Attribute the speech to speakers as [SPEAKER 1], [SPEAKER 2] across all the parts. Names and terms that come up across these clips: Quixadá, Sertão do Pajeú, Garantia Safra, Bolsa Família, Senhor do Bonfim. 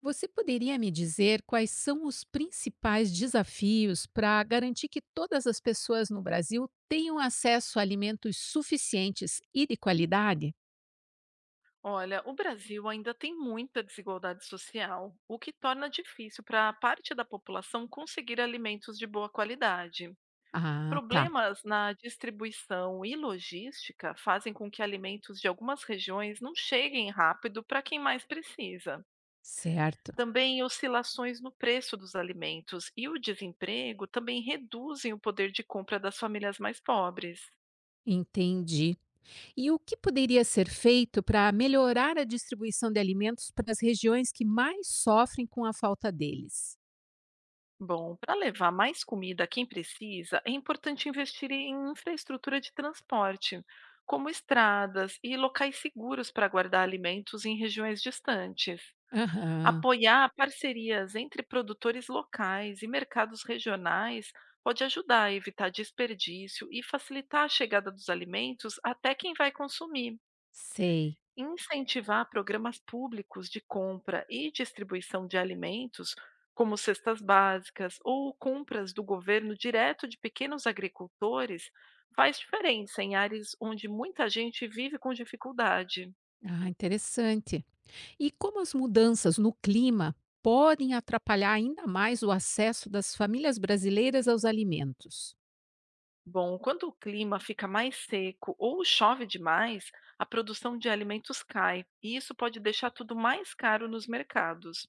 [SPEAKER 1] Você poderia me dizer quais são os principais desafios para garantir que todas as pessoas no Brasil tenham acesso a alimentos suficientes e de qualidade?
[SPEAKER 2] Olha, o Brasil ainda tem muita desigualdade social, o que torna difícil para parte da população conseguir alimentos de boa qualidade.
[SPEAKER 1] Ah, tá,
[SPEAKER 2] Problemas na distribuição e logística fazem com que alimentos de algumas regiões não cheguem rápido para quem mais precisa.
[SPEAKER 1] certo.
[SPEAKER 2] Também oscilações no preço dos alimentos e o desemprego também reduzem o poder de compra das famílias mais pobres.
[SPEAKER 1] Entendi. E o que poderia ser feito para melhorar a distribuição de alimentos para as regiões que mais sofrem com a falta deles?
[SPEAKER 2] Bom, para levar mais comida a quem precisa, é importante investir em infraestrutura de transporte, como estradas e locais seguros para guardar alimentos em regiões distantes.
[SPEAKER 1] Aham,
[SPEAKER 2] Apoiar parcerias entre produtores locais e mercados regionais pode ajudar a evitar desperdício e facilitar a chegada dos alimentos até quem vai consumir.
[SPEAKER 1] sei.
[SPEAKER 2] Incentivar programas públicos de compra e distribuição de alimentos, como cestas básicas ou compras do governo direto de pequenos agricultores, faz diferença em áreas onde muita gente vive com dificuldade.
[SPEAKER 1] Ah, interessante. E como as mudanças no clima podem atrapalhar ainda mais o acesso das famílias brasileiras aos alimentos?
[SPEAKER 2] Bom, quando o clima fica mais seco ou chove demais, a produção de alimentos cai, e isso pode deixar tudo mais caro nos mercados.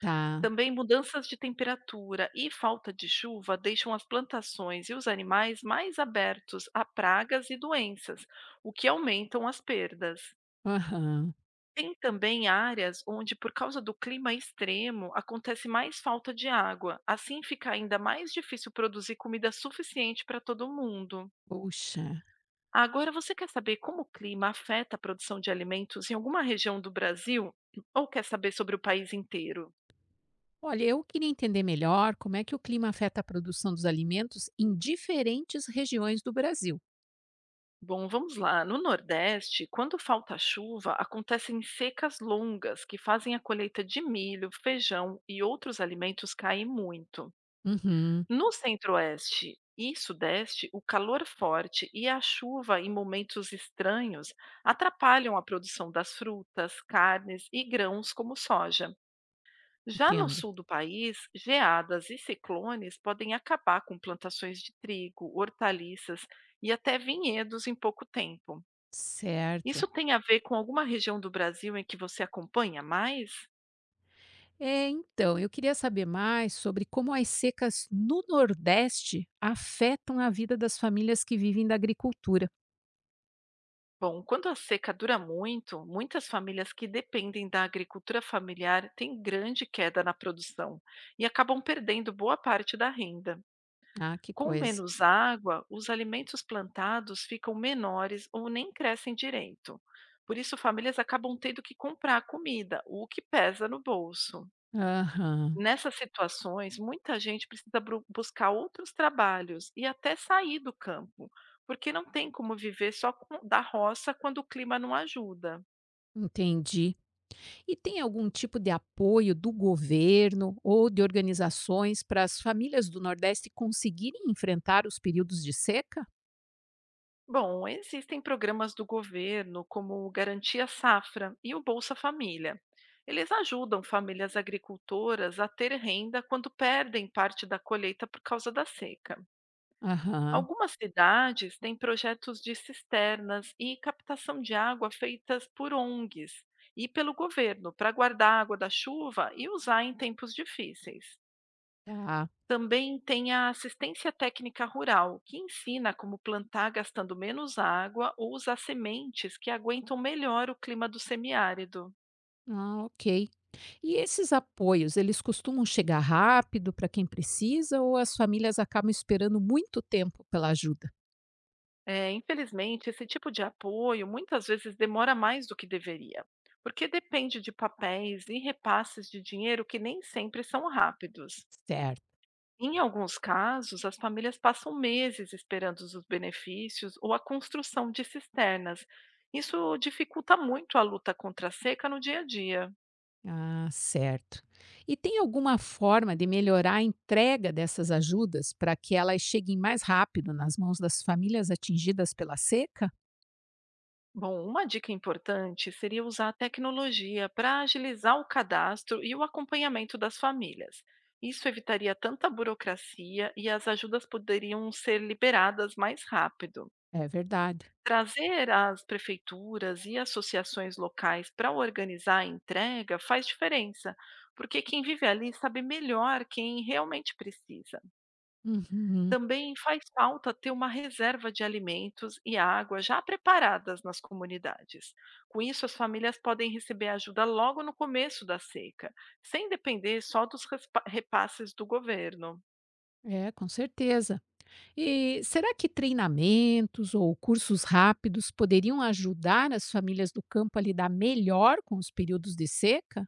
[SPEAKER 1] Tá.
[SPEAKER 2] Também mudanças de temperatura e falta de chuva deixam as plantações e os animais mais abertos a pragas e doenças, o que aumentam as perdas.
[SPEAKER 1] Aham.
[SPEAKER 2] Tem também áreas onde, por causa do clima extremo, acontece mais falta de água. Assim fica ainda mais difícil produzir comida suficiente para todo mundo.
[SPEAKER 1] Puxa.
[SPEAKER 2] Agora, você quer saber como o clima afeta a produção de alimentos em alguma região do Brasil? Ou quer saber sobre o país inteiro?
[SPEAKER 1] Olha, eu queria entender melhor como é que o clima afeta a produção dos alimentos em diferentes regiões do Brasil.
[SPEAKER 2] Bom, vamos lá. No Nordeste, quando falta chuva, acontecem secas longas que fazem a colheita de milho, feijão e outros alimentos cair muito.
[SPEAKER 1] Uhum,
[SPEAKER 2] No Centro-Oeste e Sudeste, o calor forte e a chuva em momentos estranhos atrapalham a produção das frutas, carnes e grãos, como soja. Já no
[SPEAKER 1] entendo.
[SPEAKER 2] sul do país, geadas e ciclones podem acabar com plantações de trigo, hortaliças e até vinhedos em pouco tempo. Isso
[SPEAKER 1] Certo.
[SPEAKER 2] tem a ver com alguma região do Brasil em que você acompanha mais?
[SPEAKER 1] É, então, eu queria saber mais sobre como as secas no Nordeste afetam a vida das famílias que vivem da agricultura.
[SPEAKER 2] Bom, quando a seca dura muito, muitas famílias que dependem da agricultura familiar têm grande queda na produção e acabam perdendo boa parte da renda.
[SPEAKER 1] Ah, que
[SPEAKER 2] Com
[SPEAKER 1] coisa.
[SPEAKER 2] menos água, os alimentos plantados ficam menores ou nem crescem direito. Por isso, famílias acabam tendo que comprar comida, o que pesa no bolso.
[SPEAKER 1] Aham.
[SPEAKER 2] Nessas situações, muita gente precisa bru buscar outros trabalhos e até sair do campo, porque não tem como viver só com da roça quando o clima não ajuda.
[SPEAKER 1] Entendi. E tem algum tipo de apoio do governo ou de organizações para as famílias do Nordeste conseguirem enfrentar os períodos de seca?
[SPEAKER 2] Bom, existem programas do governo, como o Garantia Safra e o Bolsa Família. Eles ajudam famílias agricultoras a ter renda quando perdem parte da colheita por causa da seca.
[SPEAKER 1] Aham,
[SPEAKER 2] Algumas cidades têm projetos de cisternas e captação de água feitas por ONGs e pelo governo para guardar a água da chuva e usar em tempos difíceis.
[SPEAKER 1] tá.
[SPEAKER 2] Também tem a assistência técnica rural, que ensina como plantar gastando menos água ou usar sementes que aguentam melhor o clima do semiárido.
[SPEAKER 1] Ah, ok. E esses apoios, eles costumam chegar rápido para quem precisa ou as famílias acabam esperando muito tempo pela ajuda?
[SPEAKER 2] É, infelizmente, esse tipo de apoio muitas vezes demora mais do que deveria, porque depende de papéis e repasses de dinheiro que nem sempre são rápidos.
[SPEAKER 1] Certo.
[SPEAKER 2] Em alguns casos, as famílias passam meses esperando os benefícios ou a construção de cisternas. Isso dificulta muito a luta contra a seca no dia a dia.
[SPEAKER 1] Ah, certo. E tem alguma forma de melhorar a entrega dessas ajudas para que elas cheguem mais rápido nas mãos das famílias atingidas pela seca?
[SPEAKER 2] Bom, uma dica importante seria usar a tecnologia para agilizar o cadastro e o acompanhamento das famílias. Isso evitaria tanta burocracia e as ajudas poderiam ser liberadas mais rápido.
[SPEAKER 1] É verdade.
[SPEAKER 2] Trazer as prefeituras e associações locais para organizar a entrega faz diferença, porque quem vive ali sabe melhor quem realmente precisa.
[SPEAKER 1] Uhum,
[SPEAKER 2] Também faz falta ter uma reserva de alimentos e água já preparadas nas comunidades. Com isso, as famílias podem receber ajuda logo no começo da seca, sem depender só dos repasses do governo.
[SPEAKER 1] é, com certeza. E será que treinamentos ou cursos rápidos poderiam ajudar as famílias do campo a lidar melhor com os períodos de seca?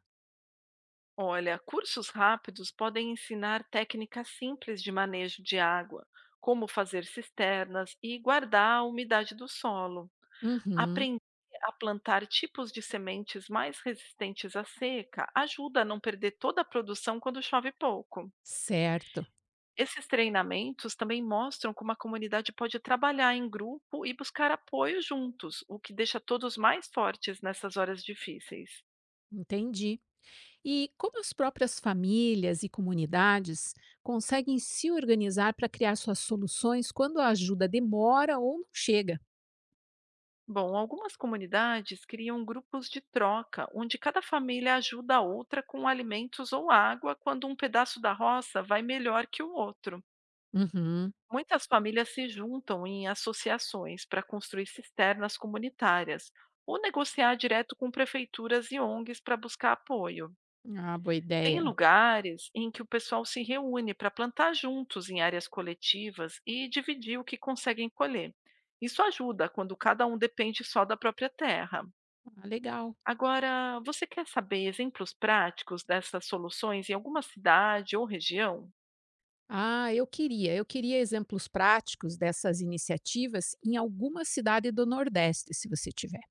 [SPEAKER 2] Olha, cursos rápidos podem ensinar técnicas simples de manejo de água, como fazer cisternas e guardar a umidade do solo.
[SPEAKER 1] Uhum,
[SPEAKER 2] Aprender a plantar tipos de sementes mais resistentes à seca ajuda a não perder toda a produção quando chove pouco.
[SPEAKER 1] certo,
[SPEAKER 2] Esses treinamentos também mostram como a comunidade pode trabalhar em grupo e buscar apoio juntos, o que deixa todos mais fortes nessas horas difíceis.
[SPEAKER 1] entendi. E como as próprias famílias e comunidades conseguem se organizar para criar suas soluções quando a ajuda demora ou não chega?
[SPEAKER 2] Bom, algumas comunidades criam grupos de troca, onde cada família ajuda a outra com alimentos ou água quando um pedaço da roça vai melhor que o outro.
[SPEAKER 1] Uhum,
[SPEAKER 2] Muitas famílias se juntam em associações para construir cisternas comunitárias ou negociar direto com prefeituras e ONGs para buscar apoio.
[SPEAKER 1] ah, boa
[SPEAKER 2] Tem
[SPEAKER 1] ideia.
[SPEAKER 2] lugares em que o pessoal se reúne para plantar juntos em áreas coletivas e dividir o que conseguem colher. Isso ajuda quando cada um depende só da própria terra.
[SPEAKER 1] Ah, legal.
[SPEAKER 2] Agora, você quer saber exemplos práticos dessas soluções em alguma cidade ou região?
[SPEAKER 1] Ah, eu queria. Eu queria exemplos práticos dessas iniciativas em alguma cidade do Nordeste, se você tiver.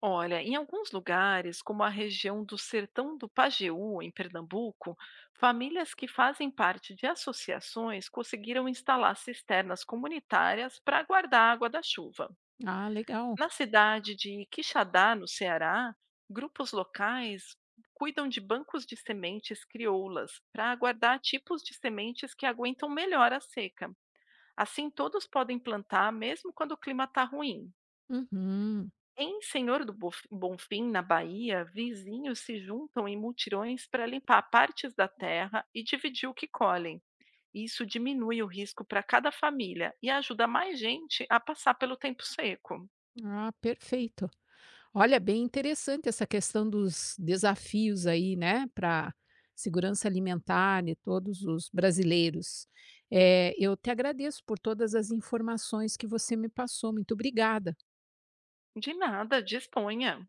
[SPEAKER 2] Olha, em alguns lugares, como a região do Sertão do Pajeú, em Pernambuco, famílias que fazem parte de associações conseguiram instalar cisternas comunitárias para guardar a água da chuva.
[SPEAKER 1] Ah, legal.
[SPEAKER 2] Na cidade de Quixadá, no Ceará, grupos locais cuidam de bancos de sementes crioulas para guardar tipos de sementes que aguentam melhor a seca. Assim, todos podem plantar mesmo quando o clima está ruim.
[SPEAKER 1] Uhum.
[SPEAKER 2] Em Senhor do Bof Bonfim, na Bahia, vizinhos se juntam em mutirões para limpar partes da terra e dividir o que colhem. Isso diminui o risco para cada família e ajuda mais gente a passar pelo tempo seco.
[SPEAKER 1] Ah, perfeito. Olha, bem interessante essa questão dos desafios aí, né, para segurança alimentar de todos os brasileiros. É, eu te agradeço por todas as informações que você me passou. Muito obrigada.
[SPEAKER 2] De nada, disponha.